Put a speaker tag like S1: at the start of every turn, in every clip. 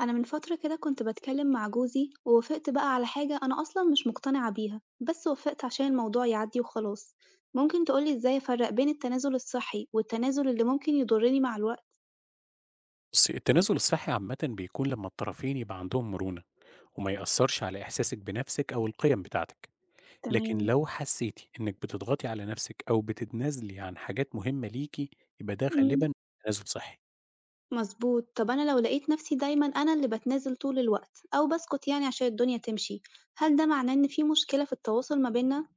S1: أنا من فترة كده كنت بتكلم مع جوزي ووافقت بقى على حاجة أنا أصلا مش مقتنعة بيها بس وافقت عشان الموضوع يعدي وخلاص. ممكن تقولي إزاي أفرق بين التنازل الصحي والتنازل اللي ممكن يضرني مع الوقت؟
S2: بصي، التنازل الصحي عامة بيكون لما الطرفين يبقى عندهم مرونة وما يأثرش على إحساسك بنفسك أو القيم بتاعتك. لكن
S1: تمام.
S2: لو حسيتي إنك بتضغطي على نفسك أو بتتنازلي عن حاجات مهمة ليكي، يبقى ده
S1: مم.
S2: غالبا تنازل صحي.
S1: مظبوط. طب أنا لو لقيت نفسي دايما أنا اللي بتنازل طول الوقت أو بسكت يعني عشان الدنيا تمشي، هل ده معناه إن في مشكلة في التواصل ما بينا؟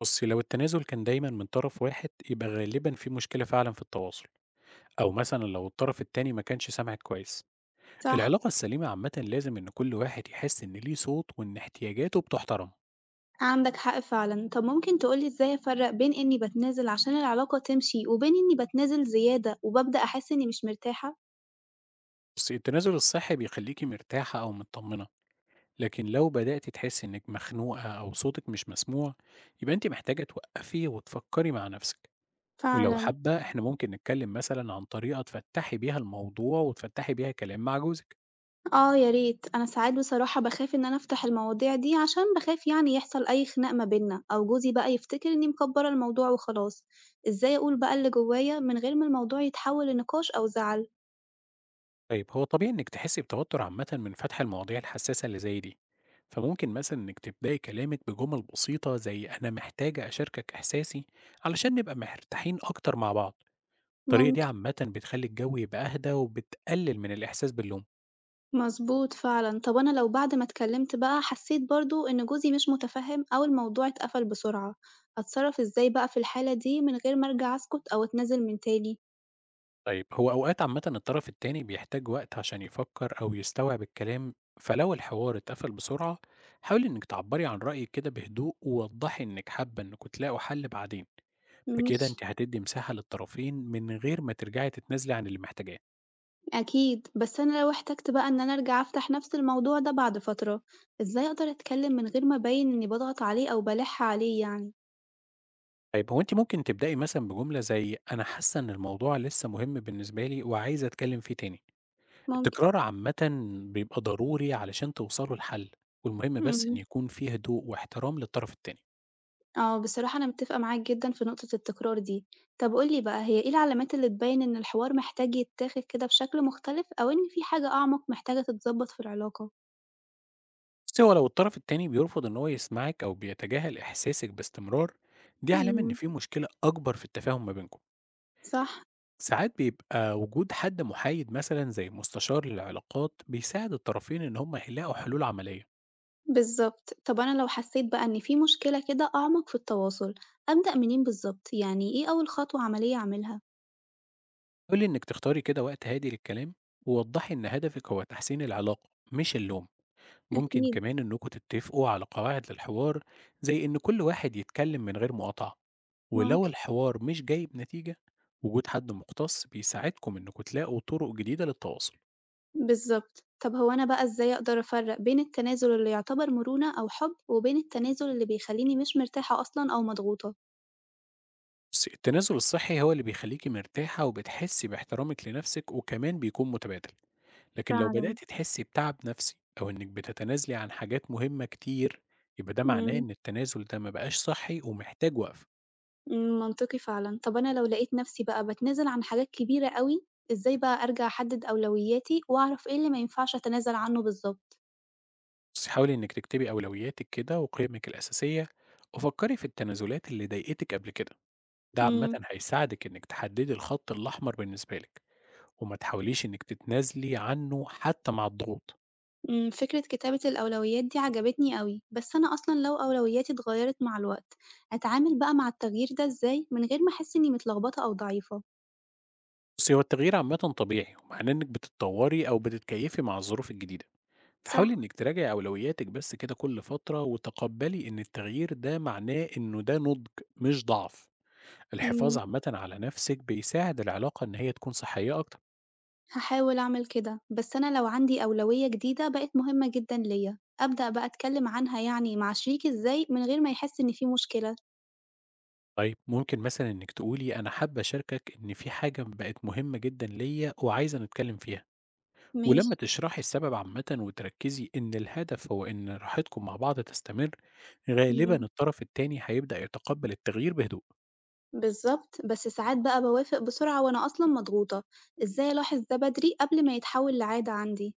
S2: بصي، لو التنازل كان دايما من طرف واحد يبقى غالبا في مشكلة فعلا في التواصل، أو مثلا لو الطرف التاني ما كانش سامعك كويس.
S1: صح.
S2: العلاقة السليمة عامة لازم إن كل واحد يحس إن ليه صوت وإن احتياجاته بتحترم.
S1: عندك حق فعلا. طب ممكن تقولي ازاي افرق بين اني بتنازل عشان العلاقة تمشي وبين اني بتنازل زيادة وببدأ احس اني مش مرتاحة.
S2: بصي، التنازل الصحي بيخليكي مرتاحة أو مطمنة، لكن لو بدأتِ تحسّي إنِّك مخنوقة أو صوتِك مش مسموع، يبقى أنتِ محتاجة توقّفي وتفكّري مع نَفْسِك، ولو
S1: فعلًا.
S2: حابة إحنا ممكن نتكلّم مثلًا عن طريقة تفتّحي بيها الموضوع وتفتّحي بيها كلام مع جوزِك.
S1: آه يا ريت، أنا ساعات بصراحة باخاف إن أنا أفتح المواضيع دي عشان باخاف يعني يحصل أي خناق ما بيننا أو جوزي بقى يفتكر إني مكبّرة الموضوع وخلاص، إزاي أقول بقى اللي جوايا من غير ما الموضوع يتحول لنقاش أو زعل؟
S2: طيب هو طبيعي إنِّك تحسّي بتوتُّر عامةً من فتح المواضيع الحسّاسة اللي زي دي، فممكن مثلًا إنِّك تبدئي كلامِك بجُمل بسيطة زي أنا محتاجة أشاركك إحساسي علشان نبقى مرتاحين أكتر مع بعض. الطريقة دي
S1: ممكن.
S2: عامةً بتخلّي الجو يبقى أهدى وبتقلِّل من الإحساس باللوم.
S1: مضبوط فعلًا. طب أنا لو بعد ما اتكلمت بقى حسيت برضه إن جوزي مش متفهم أو الموضوع اتقفل بسرعة، أتصرف إزاي بقى في الحالة دي من غير ما أرجع أسكت أو أتنازل من تاني؟
S2: طيب هو أوقات عامةً الطرف التاني بيحتاج وقت عشان يفكر أو يستوعب الكلام، فلو الحوار اتقفل بسرعة حاولي إنِك تعبّري عن رأيِك كده بهدوء ووضّحي إنِك حابة إنكم تلاقوا حل بعدين. بكده
S1: ماشي.
S2: أنتِ هتدّي مساحة للطرفين من غير ما ترجعي تتنازلي عن اللي محتاجاه.
S1: أكيد، بس أنا لو احتجت بقى إن أنا أرجع أفتح نفس الموضوع ده بعد فترة، إزاي أقدر أتكلم من غير ما أبين إني باضغط عليه أو بالِح عليه يعني؟
S2: طيب هو أنتِ ممكن تبدئي مثلًا بجملة زي أنا حاسة إن الموضوع لسه مهم بالنسبة لي وعايزة أتكلم فيه تاني.
S1: ممكن.
S2: التكرار عامةً بيبقى ضروري علشان توصلوا لحل، والمهم بس إن
S1: إمم.
S2: يكون في هدوء واحترام للطرف التاني.
S1: آه، بصراحة أنا متفقة معاك جدًا في نقطة التكرار دي. طب قُل لي بقى، هي إيه العلامات اللي تبين إن الحوار محتاج يتاخد كده بشكل مختلف أو إن في حاجة أعمق محتاجة تتضبط في العلاقة؟
S2: بُصي، هو لو الطرف التاني بيرفض إن هو يسمعك أو بيتجاهل إحساسك باستمرار، دي علامة إن
S1: إمم.
S2: في مشكلة أكبر في التفاهم ما بينكم.
S1: صح.
S2: ساعات بيبقى وجود حد محايد مثلًا زي مستشار للعلاقات بيساعد الطرفين إن هم يلاقوا حلول عملية.
S1: بالضبط. طب أنا لو حسيت بقى إن في مشكلة كده أعمق في التواصل، أبدأ منين بالضبط؟ يعني إيه أول خطوة عملية أعملها؟
S2: حاولي إنِك تختاري كده وقت هادي للكلام، ووضحي إن هدفك هو تحسين العلاقة مش اللوم. ممكن
S1: أكيد.
S2: كمان إنكم تتفقوا على قواعد للحوار، زي إن كل واحد يتكلم من غير مقاطعة. ولو
S1: ممكن.
S2: الحوار مش جايب نتيجة، وجود حد مختص بيساعدكم إنكم تلاقوا طرق جديدة للتواصل.
S1: بالضبط. طَب هو أنا بقى إزاي أقدر أفرّق بين التنازل اللي يعتبر مرونة أو حُب، وبين التنازل اللي بيخلّيني مش مرتاحة أصلًا أو مضغوطة؟
S2: بصي، التنازل الصحي هو اللي بيخليكي مرتاحة وبتحسي باحترامك لنفسك وكمان بيكون متبادل. لكن لو
S1: فعلًا.
S2: بدأتي تحسي بتعب نفسي أو إنك بتتنازلي عن حاجات مهمة كتير، يبقى ده معناه
S1: إمم.
S2: إن التنازل ده مبقاش صحي ومحتاج وقف.
S1: إمم، منطقي فعلًا. طَب أنا لو لقيت نَفْسي بقى باتنازل عن حاجات كبيرة أوي، إزاي بقى أرجع أحدِّد أولوياتي وأعرف إيه اللي ما ينفعش أتنازل عنه بالضبط؟
S2: بس حاولي إنك تكتبي أولوياتك كده وقيمك الأساسية، وفكري في التنازلات اللي ضايقتك قبل كده. ده عامة
S1: إمم.
S2: هيساعدك إنك تحددي الخط الأحمر بالنسبة لك، وما تحاوليش إنِّك تتنازلي عنه حتى مع الضغوط.
S1: إمم، فكرة كتابة الأولويات دي عجبتني أوي، بس أنا أصلًا لو أولوياتي اتغيّرت مع الوقت، أتعامل بقى مع التغيير ده إزاي من غير ما أحس إنّي متلخبطة أو ضعيفة؟
S2: بُصّي، هو التغيير عامةً طبيعي، ومعناه إنِّك بتتطوّري أو بتتكيّفي مع الظروف الجديدة، فحاولي
S1: صح.
S2: إنِّك تراجعي أولوياتِك بس كده كل فترة، وتقبّلي إن التغيير ده معناه إنه ده نضج مش ضعف. الحفاظ
S1: إمم.
S2: عامةً على نَفْسِك بيساعد العلاقة إن هي تكون صحّية أكتر.
S1: هاحاول أعمل كده، بس أنا لو عندي أولوية جديدة بقت مهمة جدًا ليّا، أبدأ بقى أتكلم عنها يعني مع شريكي إزاي من غير ما يحس إن في مشكلة؟
S2: طيب ممكن مثلًا إنِّك تقولي أنا حابّة أشاركك إن في حاجة بقت مهمة جدًا ليّا وعايزة نتكلّم فيها.
S1: ماشي.
S2: ولما تشرحي السبب عامة وتركزي إن الهدف هو إن راحتكم مع بعض تستمر، غالبا
S1: إمم.
S2: الطرف التاني هيبدأ يتقبل التغيير بهدوء.
S1: بالضبط، بس ساعات بقى باوافق بسرعة وأنا أصلًا مضغوطة، إزاي ألاحظ ده بدري قبل ما يتحول لعادة عندي؟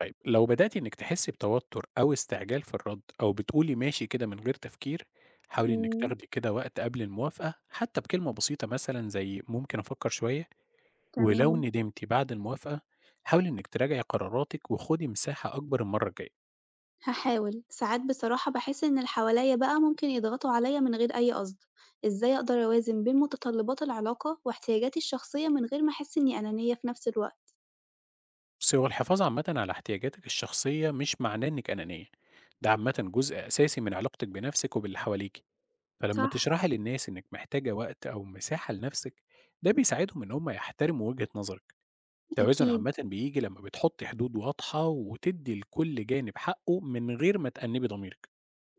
S2: طيب لو بدأتي إنك تحسي بتوتر أو استعجال في الرد أو بتقولي ماشي كده من غير تفكير، حاولي إنك
S1: إمم.
S2: تاخدي كده وقت قبل الموافقة حتى بكلمة بسيطة مثلا زي ممكن أفكر شوية. ولو
S1: تمام.
S2: ندمتي بعد الموافقة، حاولي إنك تراجعي قراراتك وخدي مساحة أكبر المرة الجاية.
S1: هاحاول، ساعات بصراحة باحس إن اللي حواليّا بقى ممكن يضغطوا عليّا من غير أي قصد، إزاي أقدر أوازن بين متطلبات العلاقة واحتياجاتي الشخصية من غير ما أحس إني أنانية في نفس الوقت؟
S2: بُصّي، هو الحفاظ عامةً على احتياجاتك الشخصية مش معناه إنِّك أنانية، ده عامةً جزء أساسي من علاقتك بنفسك وباللي حواليكِ، فلمّا
S1: صح.
S2: تشرحي للناس إنِّك محتاجة وقت أو مساحة لنفسك، ده بيساعدهم إن هم يحترموا وجهة نظرك. التوازن
S1: أكيد.
S2: عامةً بييجي لمّا بتحطّي حدود واضحة وتدّي لكل جانب حقه من غير ما تأنِّبي ضميرِك.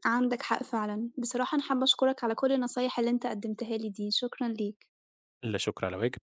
S1: عندك حق فعلًا. بصراحة أنا حابة أشكرك على كل النصايح اللي أنت قدّمتها لي دي، شكرًا ليك.
S2: لا شكر على واجب.